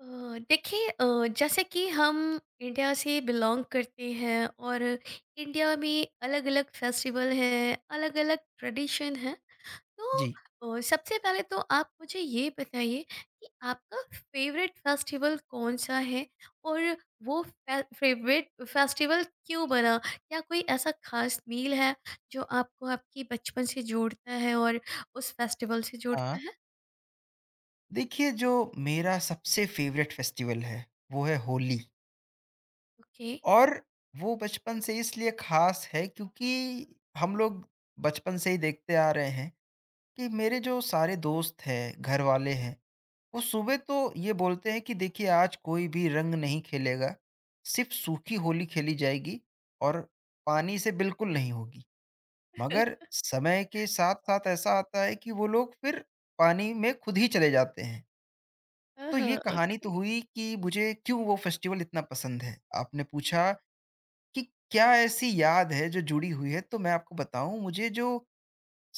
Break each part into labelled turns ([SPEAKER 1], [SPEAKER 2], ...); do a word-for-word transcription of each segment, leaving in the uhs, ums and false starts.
[SPEAKER 1] अ, देखिए अ, जैसे कि हम इंडिया से बिलोंग करते हैं और इंडिया में अलग अलग फेस्टिवल हैं, अलग अलग ट्रेडिशन है। तो
[SPEAKER 2] जी।
[SPEAKER 1] अ, सबसे पहले तो आप मुझे ये बताइए कि आपका फेवरेट फेस्टिवल कौन सा है, और वो फेवरेट फेस्टिवल क्यों बना? क्या कोई ऐसा खास मील है जो आपको आपकी बचपन से जोड़ता है और उस फेस्टिवल से
[SPEAKER 2] हाँ।
[SPEAKER 1] जोड़ता है?
[SPEAKER 2] देखिए, जो मेरा सबसे फ़ेवरेट फ़ेस्टिवल है, वो है होली।
[SPEAKER 1] ओके।
[SPEAKER 2] और वो बचपन से इसलिए ख़ास है, क्योंकि हम लोग बचपन से ही देखते आ रहे हैं कि मेरे जो सारे दोस्त हैं, घरवाले हैं, वो सुबह तो ये बोलते हैं कि देखिए, आज कोई भी रंग नहीं खेलेगा, सिर्फ़ सूखी होली खेली जाएगी और पानी से बिल्कुल नहीं होगी। मगर समय के साथ-साथ ऐसा आता है कि वो लोग फिर पानी में खुद ही चले जाते हैं।
[SPEAKER 1] हाँ
[SPEAKER 2] तो ये
[SPEAKER 1] हाँ,
[SPEAKER 2] कहानी तो
[SPEAKER 1] ओके।
[SPEAKER 2] हुई कि मुझे क्यों वो फेस्टिवल इतना पसंद है। आपने पूछा कि क्या ऐसी याद है जो जुड़ी हुई है, तो मैं आपको बताऊँ, मुझे जो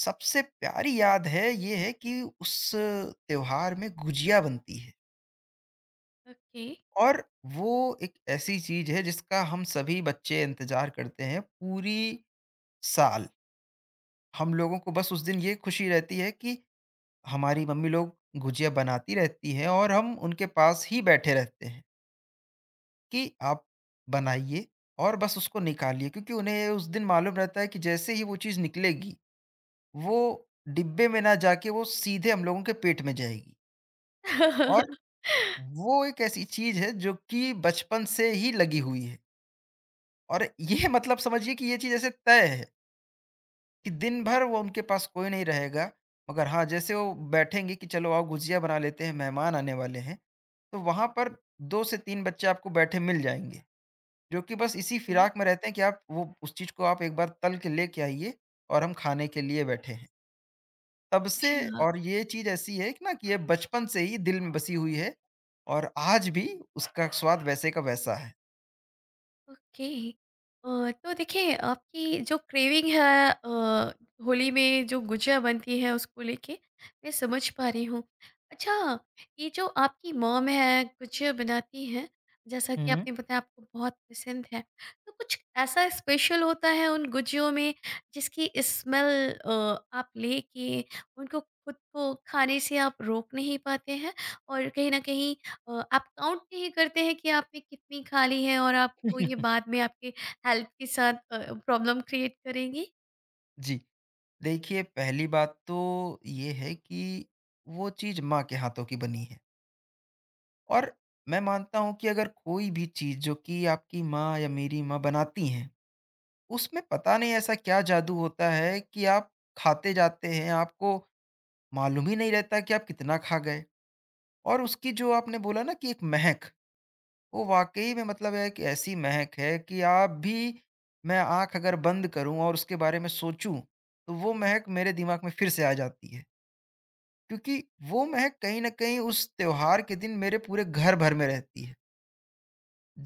[SPEAKER 2] सबसे प्यारी याद है ये है कि उस त्योहार में गुजिया बनती है।
[SPEAKER 1] ओके।
[SPEAKER 2] और वो एक ऐसी चीज़ है जिसका हम सभी बच्चे इंतज़ार करते हैं पूरी साल। हम लोगों को बस उस दिन ये खुशी रहती है कि हमारी मम्मी लोग गुजिया बनाती रहती हैं और हम उनके पास ही बैठे रहते हैं। कि आप बनाइए और बस उसको निकालिए, क्योंकि उन्हें उस दिन मालूम रहता है कि जैसे ही वो चीज़ निकलेगी, वो डिब्बे में ना जाके वो सीधे हम लोगों के पेट में जाएगी। और वो एक ऐसी चीज़ है जो कि बचपन से ही लगी हुई है। और ये मतलब समझिए कि ये चीज़ ऐसे तय है कि दिन भर वो उनके पास कोई नहीं रहेगा, मगर हाँ, जैसे वो बैठेंगे कि चलो आओ गुजिया बना लेते हैं, मेहमान आने वाले हैं, तो वहाँ पर दो से तीन बच्चे आपको बैठे मिल जाएँगे। जो कि बस इसी
[SPEAKER 1] ओके।
[SPEAKER 2] फिराक में रहते हैं कि आप वो उस चीज़ को आप एक बार तल के लेके आइए और हम खाने के लिए बैठे हैं। तब से
[SPEAKER 1] अच्छा।
[SPEAKER 2] और ये चीज़ ऐसी है कि ना कि ये बचपन से ही दिल में बसी हुई है और आज भी उसका स्वाद वैसे का वैसा है।
[SPEAKER 1] ओके। अ, तो देखिए आपकी जो क्रेविंग है, अ, होली में जो गुजिया बनती है उसको लेके, मैं समझ पा रही हूँ। अच्छा, ये जो आपकी मॉम है गुजिया बनाती है, जैसा कि
[SPEAKER 2] हुँ।
[SPEAKER 1] आपने बताया आपको बहुत पसंद है। तो कुछ ऐसा स्पेशल होता है उन गुजियों में, जिसकी स्मेल आप लेके उनको खुद को खाने से आप रोक नहीं पाते हैं, और कहीं ना कहीं अ, आप काउंट नहीं करते हैं कि आपने कितनी खा ली है, और आपको ये बाद में आपके हेल्थ के साथ प्रॉब्लम क्रिएट करेंगी?
[SPEAKER 2] जी। देखिए, पहली बात तो ये है कि वो चीज़ माँ के हाथों की बनी है और मैं मानता हूँ कि अगर कोई भी चीज़ जो कि आपकी माँ या मेरी माँ बनाती हैं, उसमें पता नहीं ऐसा क्या जादू होता है कि आप खाते जाते हैं, आपको मालूम ही नहीं रहता कि आप कितना खा गए। और उसकी जो आपने बोला ना कि एक महक, वो वाक़ई में मतलब है कि ऐसी महक है कि आप भी मैं आँख अगर बंद करूँ और उसके बारे में सोचूँ, तो वो महक मेरे दिमाग में फिर से आ जाती है। क्योंकि वो महक कहीं न कहीं उस त्योहार के दिन मेरे पूरे घर भर में रहती है।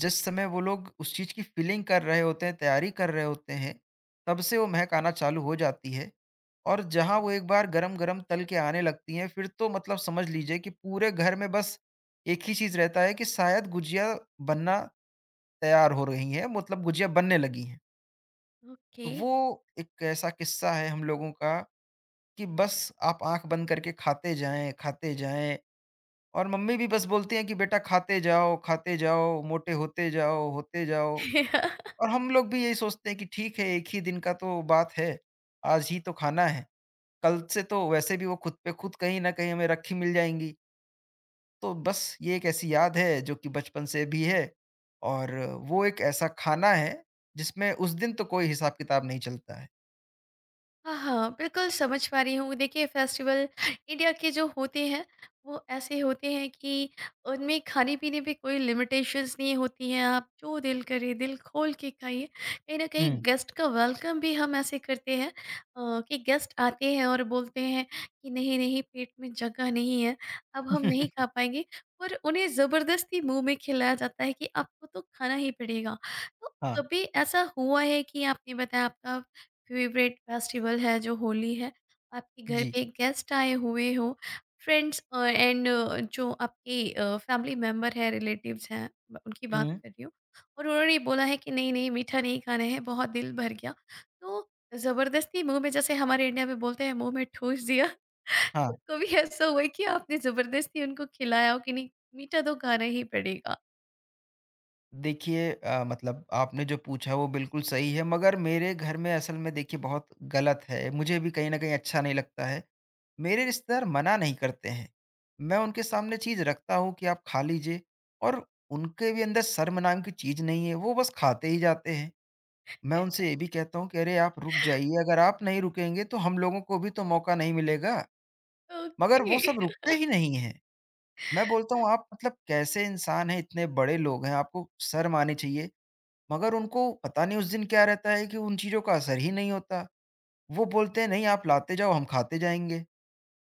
[SPEAKER 2] जिस समय वो लोग उस चीज़ की फीलिंग कर रहे होते हैं, तैयारी कर रहे होते हैं, तब से वो महक आना चालू हो जाती है। और जहाँ वो एक बार गरम-गरम तल के आने लगती हैं, फिर तो मतलब समझ लीजिए कि पूरे घर में बस एक ही चीज़ रहता है कि शायद गुजिया बनना तैयार हो रही हैं, मतलब गुजिया बनने लगी हैं।
[SPEAKER 1] ओके।
[SPEAKER 2] तो वो एक ऐसा किस्सा है हम लोगों का, कि बस आप आँख बंद करके खाते जाएँ, खाते जाएँ और मम्मी भी बस बोलती हैं कि बेटा खाते जाओ, खाते जाओ, मोटे होते जाओ, होते जाओ। और हम लोग भी यही सोचते हैं कि ठीक है, एक ही दिन का तो बात है, आज ही तो खाना है। कल से तो वैसे भी वो खुद पे खुद कहीं न कहीं हमें रखी मिल जाएँगी। तो बस ये एक ऐसी याद है जो कि बचपन से भी है और वो एक ऐसा खाना है जिसमें उस दिन तो कोई हिसाब-किताब नहीं चलता है।
[SPEAKER 1] हाँ, हाँ, बिल्कुल समझ पा रही हूँ। देखिए फेस्टिवल इंडिया के जो होते हैं, वो ऐसे होते हैं कि उनमें खाने-पीने पे कोई लिमिटेशंस नहीं होती हैं। आप जो दिल करे दिल खोल के खाइए। कहीं न कहीं
[SPEAKER 2] हुँ।
[SPEAKER 1] गेस्ट का वेलकम भी हम ऐसे करते हैं अ, कि गेस्ट आते हैं और बोलते हैं कि नहीं, नहीं पेट में जगह नहीं है, अब हम नहीं खा पाएँगे। पर उन्हें ज़बरदस्ती मुँह में खिलाया जाता है कि आपको तो खाना ही पड़ेगा। तो
[SPEAKER 2] हाँ।
[SPEAKER 1] कभी ऐसा हुआ है कि आपने बताया आपका फेवरेट फेस्टिवल है जो होली है, आपके घर
[SPEAKER 2] जी।
[SPEAKER 1] पे गेस्ट आए हुए हो, फ्रेंड्स एंड जो आपके फैमिली मेम्बर है, रिलेटिव्स हैं, ब- उनकी बात
[SPEAKER 2] हुँ।
[SPEAKER 1] कर रही हूँ। और उन्होंने बोला है कि नहीं नहीं मीठा नहीं खाना है, बहुत दिल भर गया। तो ज़बरदस्ती मुंह में, जैसे हमारे इंडिया में बोलते हैं, मुंह में ठूस दिया।
[SPEAKER 2] हाँ।
[SPEAKER 1] कभी ऐसा हुआ है कि आपने ज़बरदस्ती उनको खिलाया हो कि नहीं, मीठा तो खाना ही पड़ेगा?
[SPEAKER 2] देखिए, अ, मतलब आपने जो पूछा वो बिल्कुल सही है, मगर मेरे घर में असल में देखिए बहुत गलत है, मुझे भी कहीं न कहीं अच्छा नहीं लगता है। मेरे रिश्तेदार मना नहीं करते हैं, मैं उनके सामने चीज़ रखता हूँ कि आप खा लीजिए और उनके भी अंदर शर्म नाम की चीज़ नहीं है, वो बस खाते ही जाते हैं। मैं उनसे ये भी कहता हूँ कि अरे, आप रुक जाइए, अगर आप नहीं रुकेंगे तो हम लोगों को भी तो मौका नहीं मिलेगा, मगर
[SPEAKER 1] ओके।
[SPEAKER 2] वो सब रुकते ही नहीं हैं। मैं बोलता हूँ आप मतलब कैसे इंसान हैं, इतने बड़े लोग हैं, आपको शर्म आनी चाहिए। मगर उनको पता नहीं उस दिन क्या रहता है कि उन चीज़ों का असर ही नहीं होता। वो बोलते हैं नहीं, आप लाते जाओ, हम खाते जाएँगे।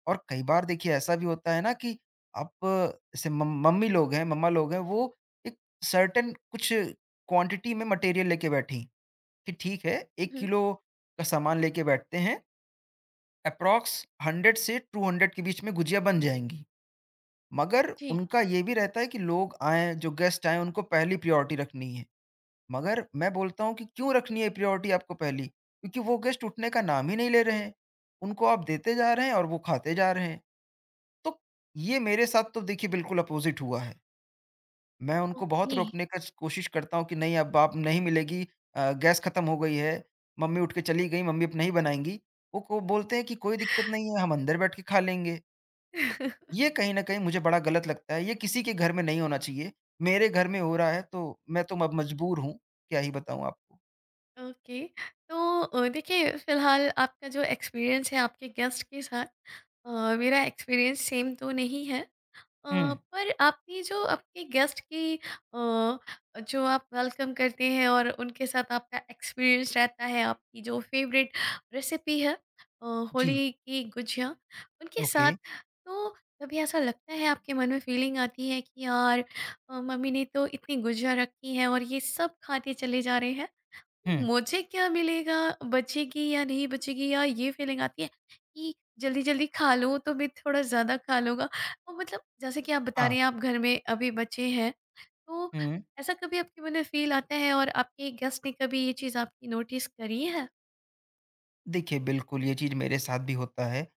[SPEAKER 2] और कई बार देखिए ऐसा भी होता है ना कि आप जैसे मम मम्मी लोग हैं, मम्मा लोग हैं, वो एक सर्टेन कुछ क्वांटिटी में मटेरियल लेके बैठी कि ठीक है, एक किलो का सामान लेके बैठते हैं, एप्रॉक्स हंड्रेड से टू हंड्रेड के बीच में गुजिया बन जाएँगी। मगर
[SPEAKER 1] जी।
[SPEAKER 2] उनका ये भी रहता है कि लोग आएँ, जो गेस्ट आएँ उनको पहली प्रायोरिटी रखनी है। मगर मैं बोलता हूँ कि क्यों रखनी है प्रायोरिटी आपको पहली? क्योंकि वो गेस्ट उठने का नाम ही नहीं ले रहे हैं। उनको आप देते जा रहे हैं और वो खाते जा रहे हैं। तो ये मेरे साथ तो देखिए बिल्कुल अपोज़िट हुआ है। मैं उनको बहुत
[SPEAKER 1] ओके।
[SPEAKER 2] रोकने का स कोशिश करता हूँ कि नहीं, अब आप नहीं मिलेगी, अ, गैस खत्म हो गई है, मम्मी उठ के चली गई, मम्मी अब नहीं बनाएँगी। वो को बोलते हैं कि कोई दिक्कत नहीं है, हम अंदर बैठ के खा लेंगे। तो ये कहीं न कहीं मुझे बड़ा गलत लगता है। ये किसी के घर में नहीं होना चाहिए। मेरे घर में हो रहा है तो मैं तो अब मजबूर हूँ। क्या ही बताऊँ आपको।
[SPEAKER 1] ओके। तो अ, देखिए फिलहाल आपका जो एक्सपीरियंस है आपके गेस्ट के साथ, अ, मेरा एक्सपीरियंस सेम तो नहीं है।
[SPEAKER 2] हुँ।
[SPEAKER 1] अ, पर आपने जो आपके गेस्ट की अ, जो आप वेलकम करते हैं और उनके साथ आपका एक्सपीरियंस रहता है, आपकी जो फेवरेट रेसिपी है, अ,
[SPEAKER 2] जी,
[SPEAKER 1] होली की गुजिया उनके
[SPEAKER 2] ओके।
[SPEAKER 1] साथ। तो कभी ऐसा लगता है आपके मन में फीलिंग आती है कि यार अ, मम्मी ने तो इतनी गुजिया रखी है और ये सब खाते चले जा रहे हैं,
[SPEAKER 2] हुँ,
[SPEAKER 1] मुझे क्या मिलेगा, बचेगी या नहीं बचेगी? या ये फ़ीलिंग आती है कि जल्दी-जल्दी खा लूँ, तो मैं थोड़ा ज़्यादा खा लूँगा। तो मतलब जैसे कि आप बता
[SPEAKER 2] हाँ,
[SPEAKER 1] रहे हैं आप घर में अभी बच्चे हैं, तो
[SPEAKER 2] हुँ।
[SPEAKER 1] ऐसा कभी आपके मन में फ़ील आता है, और आपके गेस्ट ने कभी ये चीज़ आपकी नोटिस करी है?
[SPEAKER 2] देखिए, बिल्कुल ये चीज़ मेरे साथ भी होता है।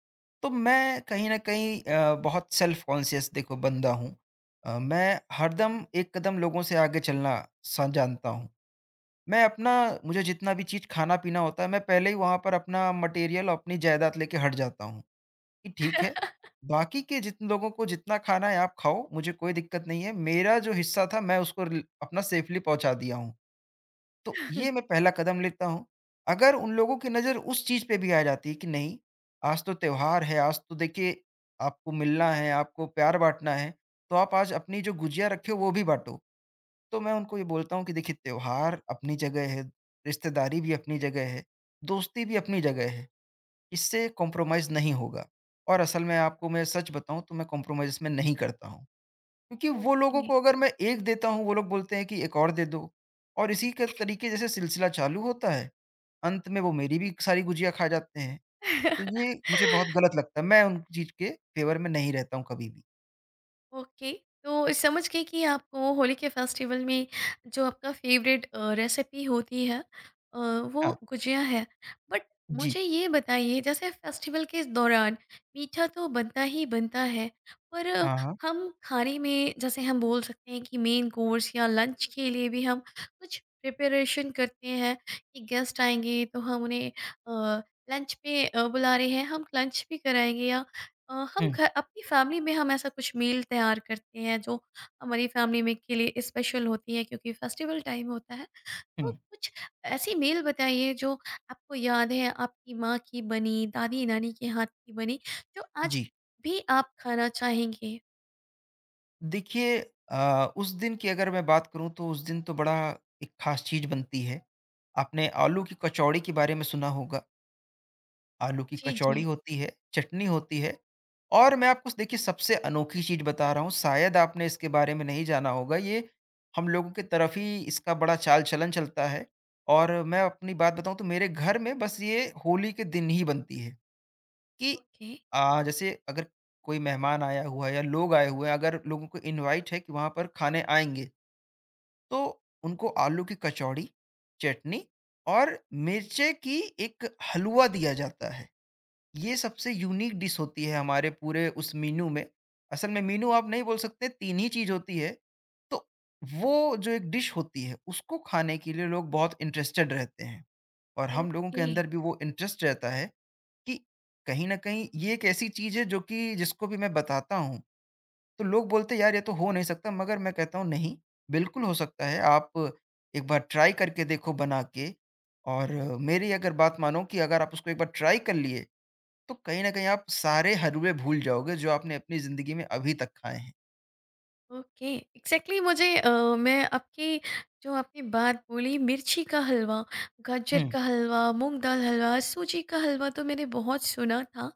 [SPEAKER 2] तो मैं कहीं न कहीं अ, बहुत सेल्फ़ कॉन्शियस देखो बंदा हूँ। अ, मैं हरदम एक कदम लोगों से आगे चलना स जानता हूँ। मैं अपना मुझे जितना भी चीज़ खाना-पीना होता है, मैं पहले ही वहाँ पर अपना मटेरियल और अपनी जायदाद लेके हट जाता हूँ, कि ठीक है, बाकी के जितने लोगों को जितना खाना है आप खाओ, मुझे कोई दिक्कत नहीं है। मेरा जो हिस्सा था, मैं उसको रिल अपना सेफ़ली पहुँचा दिया हूँ। तो ये मैं पहला कदम लेता हूँ। अगर उन लोगों की नज़र उस चीज़ पे भी आ जाती है कि नहीं, आज तो त्योहार है, आज तो देखिए आपको मिलना है, आपको प्यार बाँटना है, तो आप आज अपनी जो गुजिया रखे हो वो भी बाँटो। तो मैं उनको ये बोलता हूँ कि देखिए, त्योहार अपनी जगह है, रिश्तेदारी भी अपनी जगह है, दोस्ती भी अपनी जगह है। इससे कॉम्प्रोमाइज़ नहीं होगा और असल में आपको मैं सच बताऊँ तो मैं कॉम्प्रोमाइज़ इसमें नहीं करता हूँ। क्योंकि वो लोगों
[SPEAKER 1] ओके।
[SPEAKER 2] को अगर मैं एक देता हूँ, वो लोग बोलते हैं कि एक और दे दो और इसी के तरीके जैसे सिलसिला चालू होता है, अंत में वो मेरी भी सारी गुजिया खा जाते हैं। तो ये मुझे बहुत गलत लगता है, मैं उन चीज़ के फ़ेवर में नहीं रहता हूँ कभी भी।
[SPEAKER 1] ओके। तो समझ गई कि आपको होली के फेस्टिवल में जो आपका फेवरेट रेसिपी होती है अ,
[SPEAKER 2] हाँ,
[SPEAKER 1] वो गुजिया है। बट
[SPEAKER 2] जी।
[SPEAKER 1] मुझे ये बताइए, जैसे फेस्टिवल के दौरान मीठा तो बनता ही बनता है, पर अ,
[SPEAKER 2] हाँ, हाँ।
[SPEAKER 1] हम खाने में, जैसे हम बोल सकते हैं कि मेन कोर्स या लंच के लिए भी हम कुछ प्रिपरेशन करते हैं कि गेस्ट आएंगे तो हम उन्हें लंच पे अ, बुला रहे हैं, हम लंच भी कराएंगे। या अ, हम
[SPEAKER 2] हुँ,
[SPEAKER 1] घर अपनी फैमिली में हम ऐसा कुछ मील तैयार करते हैं जो हमारी फैमिली में के लिए स्पेशल होती है, क्योंकि फेस्टिवल टाइम होता है। तो
[SPEAKER 2] हुँ।
[SPEAKER 1] कुछ ऐसी मील बताइए जो आपको याद है, आपकी माँ की बनी, दादी-नानी के हाथ की बनी, जो आज
[SPEAKER 2] जी।
[SPEAKER 1] भी आप खाना चाहेंगे?
[SPEAKER 2] देखिए, अ, उस दिन की अगर मैं बात करूँ तो उस दिन तो बड़ा एक ख़ास चीज़ बनती है। आपने आलू की कचौड़ी के बारे में सुना होगा। आलू की
[SPEAKER 1] जी,
[SPEAKER 2] कचौड़ी
[SPEAKER 1] जी।
[SPEAKER 2] होती है, चटनी होती है और मैं आपको देखिए सबसे अनोखी चीज़ बता रहा हूँ, शायद आपने इसके बारे में नहीं जाना होगा, ये हम लोगों की तरफ ही इसका बड़ा चाल-चलन चलता है और मैं अपनी बात बताऊँ तो मेरे घर में बस ये होली के दिन ही बनती है। कि
[SPEAKER 1] ओके,
[SPEAKER 2] अ, जैसे अगर कोई मेहमान आया हुआ है या लोग आए हुए हैं, अगर लोगों को इनवाइट है कि वहाँ पर खाने आएँगे, तो उनको आलू की कचौड़ी, चटनी और मिर्चे की एक हलवा दिया जाता है। ये सबसे यूनिक डिश होती है हमारे पूरे उस मेनू में। असल में मेनू आप नहीं बोल सकते, तीन ही चीज़ होती है। तो वो जो एक डिश होती है उसको खाने के लिए लोग बहुत इंटरेस्टेड रहते हैं और हम लोगों के
[SPEAKER 1] ओके,
[SPEAKER 2] अंदर भी वो इंटरेस्ट रहता है कि कहीं न कहीं ये एक ऐसी चीज़ है जो कि जिसको भी मैं बताता हूँ, तो लोग बोलते हैं यार, ये तो हो नहीं सकता, मगर मैं कहता हूँ नहीं, बिल्कुल हो सकता है। आप एक बार ट्राई करके देखो बना के और मेरी अगर बात मानो कि अगर आप उसको एक बार ट्राई कर लिए तो कहीं न कहीं आप सारे हलवे भूल जाओगे जो आपने अपनी ज़िंदगी में अभी तक खाए हैं।
[SPEAKER 1] ओके। एग्ज़ैक्टली मुझे अ, मैं आपकी जो आपने बात बोली, मिर्ची का हलवा, गाजर
[SPEAKER 2] हुँ,
[SPEAKER 1] का हलवा, मूँग दाल हलवा, सूजी का हलवा तो मैंने बहुत सुना था।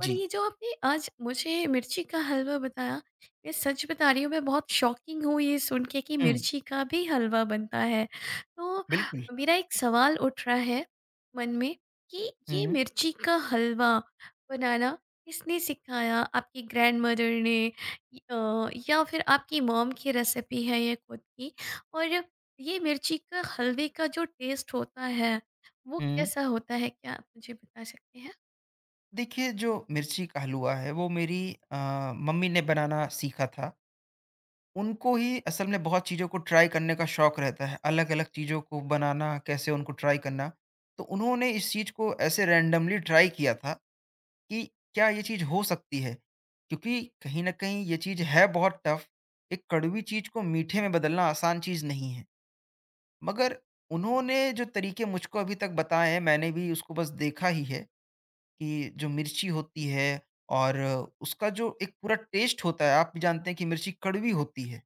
[SPEAKER 1] पर
[SPEAKER 2] जी।
[SPEAKER 1] ये जो आपने आज मुझे मिर्ची का हलवा बताया, मैं सच बता रही हूँ, मैं बहुत शॉकिंग हूँ ये सुन के कि
[SPEAKER 2] हुँ,
[SPEAKER 1] मिर्ची का भी हलवा बनता है। तो
[SPEAKER 2] बिल्कुल।
[SPEAKER 1] मेरा एक सवाल उठ रहा है मन में कि ये
[SPEAKER 2] हुँ,
[SPEAKER 1] मिर्ची का हलवा बनाना किसने सिखाया? आपकी ग्रैंडमदर ने, य अ, या फिर आपकी मॉम की रेसिपी है ये खुद की? और ये मिर्ची का हलवे का जो टेस्ट होता है, वो
[SPEAKER 2] हुँ।
[SPEAKER 1] कैसा होता है? क्या आप मुझे बता सकते हैं?
[SPEAKER 2] देखिए, जो मिर्ची का हलवा है वो मेरी अ, मम्मी ने बनाना सीखा था। उनको ही असल में बहुत चीज़ों को ट्राई करने का शौक रहता है, अलग-अलग चीज़ों को बनाना, कैसे उनको ट्राई करना। तो उन्होंने इस चीज़ को ऐसे रैंडमली ट्राई किया था कि क्या ये चीज़ हो सकती है? क्योंकि कहीं न कहीं ये चीज़ है बहुत टफ, एक कड़वी चीज़ को मीठे में बदलना आसान चीज़ नहीं है। मगर उन्होंने जो तरीके मुझको अभी तक बताए हैं, मैंने भी उसको बस देखा ही है कि जो मिर्ची होती है और उसका जो एक पूरा टेस्ट होता है, आप भी जानते हैं कि मिर्ची कड़वी होती है।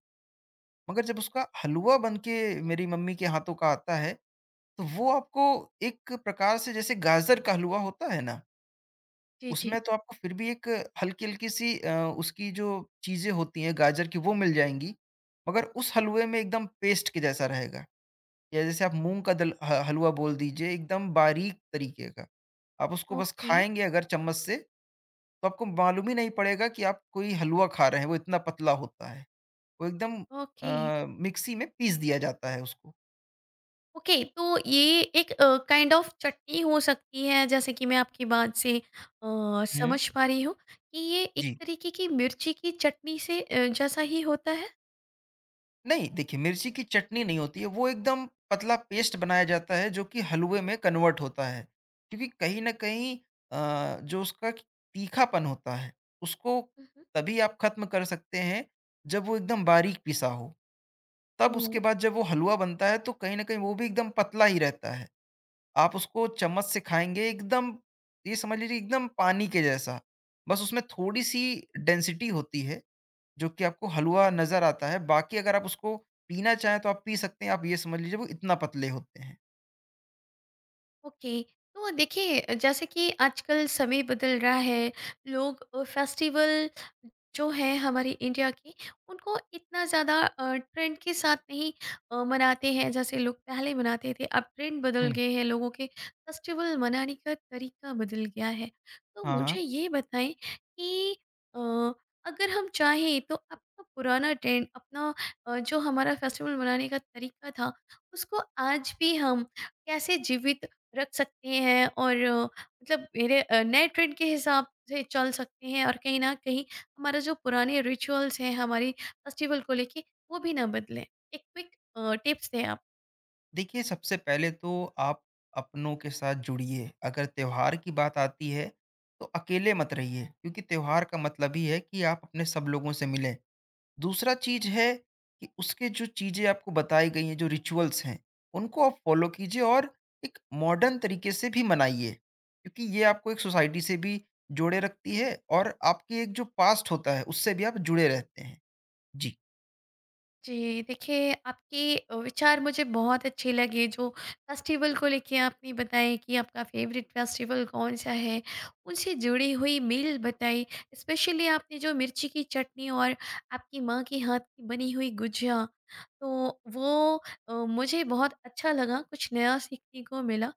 [SPEAKER 2] मगर जब उसका हलवा बन के मेरी मम्मी के हाथों का आता है, तो वो आपको एक प्रकार से जैसे गाजर का हलवा होता है ना,
[SPEAKER 1] जी, जी।
[SPEAKER 2] उसमें तो आपको फिर भी एक हल्की-हल्की सी अ, उसकी जो चीज़ें होती हैं गाजर की वो मिल जाएँगी, मगर उस हलवे में एकदम पेस्ट के जैसा रहेगा। या जैसे आप मूँग का दल ह हलवा बोल दीजिए एकदम बारीक तरीके का। आप उसको बस
[SPEAKER 1] ओके।
[SPEAKER 2] खाएँगे अगर चम्मच से तो आपको मालूम ही नहीं पड़ेगा कि आप कोई हलवा खा रहे हैं, वो इतना पतला होता है। वो एकदम
[SPEAKER 1] ओके।
[SPEAKER 2] अ, मिक्सी में पीस दिया जाता है उसको।
[SPEAKER 1] ओके, तो ये एक काइंड ऑफ चटनी हो सकती है, जैसे कि मैं आपकी बात से अ,
[SPEAKER 2] हुँ।
[SPEAKER 1] समझ पा रही हूँ कि ये एक
[SPEAKER 2] जी।
[SPEAKER 1] तरीके की मिर्ची की चटनी से अ, जैसा ही होता है।
[SPEAKER 2] नहीं, देखिए, मिर्ची की चटनी नहीं होती है, वो एकदम पतला पेस्ट बनाया जाता है जो कि हलवे में कन्वर्ट होता है। क्योंकि कहीं न कहीं अ, जो उसका तीखापन होता है, उसको
[SPEAKER 1] मम्म।
[SPEAKER 2] तभी आप खत्म कर सकते हैं जब वो एकदम बारीक पिसा हो।
[SPEAKER 1] ओ।
[SPEAKER 2] तब उसके बाद जब वो हलवा बनता है तो कहीं न कहीं वो भी एकदम पतला ही रहता है। आप उसको चम्मच से खाएँगे एकदम, ये समझ लीजिए एकदम पानी के जैसा। बस उसमें थोड़ी-सी डेंसिटी होती है जो कि आपको हलवा नज़र आता है। बाकी अगर आप उसको पीना चाहें तो आप पी सकते हैं। आप ये समझ लीजिए वो इतना पतले होते हैं।
[SPEAKER 1] ओके, तो देखिए जैसे कि आजकल समय बदल रहा है, लोग फेस्टिवल जो है हमारी इंडिया की, उनको इतना ज़्यादा ट्रेंड के साथ नहीं अ, मनाते हैं। जैसे लोग पहले मनाते थे, अब ट्रेंड बदल
[SPEAKER 2] हुँ।
[SPEAKER 1] गए हैं, लोगों के फेस्टिवल मनाने का तरीका बदल गया है। तो
[SPEAKER 2] हाँ,
[SPEAKER 1] मुझे
[SPEAKER 2] हाँ।
[SPEAKER 1] ये बताएं कि अ, अगर हम चाहें तो अपना पुराना ट्रेंड अपना, अ, जो हमारा फेस्टिवल मनाने का तरीका था उसको आज भी हम कैसे जीवित रख सकते हैं, और अ, मतलब मेरे अ, नए ट्रेंड के हिसाब से चल सकते हैं, और कहीं ना कहीं हमारा जो पुराने रिचुअल्स हैं हमारे फेस्टिवल को लेके, वो भी ना बदलें। एक क्विक टिप्स दें आप।
[SPEAKER 2] देखिए, सबसे पहले तो आप अपनों के साथ जुड़िए। अगर त्योहार की बात आती है तो अकेले मत रहिए, क्योंकि त्योहार का मतलब ही है कि आप अपने सब लोगों से मिलें। दूसरा चीज़ है कि उसके जो चीज़ें आपको बताई गई हैं, जो रिचुअल्स हैं, उनको आप फ़ॉलो कीजिए और एक मॉडर्न तरीके से भी मनाइए। क्योंकि ये आपको एक सोसाइटी से भी जोड़े रखती है और आपकी एक जो पास्ट होता है, उससे भी आप जुड़े रहते हैं। जी,
[SPEAKER 1] जी, देखिए आपके अ, विचार मुझे बहुत अच्छे लगे, जो फेस्टिवल को लेके आपने बताए कि आपका फेवरेट फेस्टिवल कौन-सा है, उनसे जुड़ी हुई मील बताई, स्पेशली आपने जो मिर्ची की चटनी और आपकी माँ के हाथ की बनी हुई गुजिया, तो वो अ, मुझे बहुत अच्छा लगा, कुछ नया सीखने को मिला।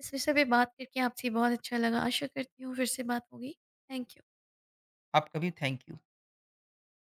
[SPEAKER 1] इस विषय पे बात करके आपसे बहुत अच्छा लगा, आशा करती हूँ फिर से बात होगी। Thank you.
[SPEAKER 2] आपका भी थैंक यू।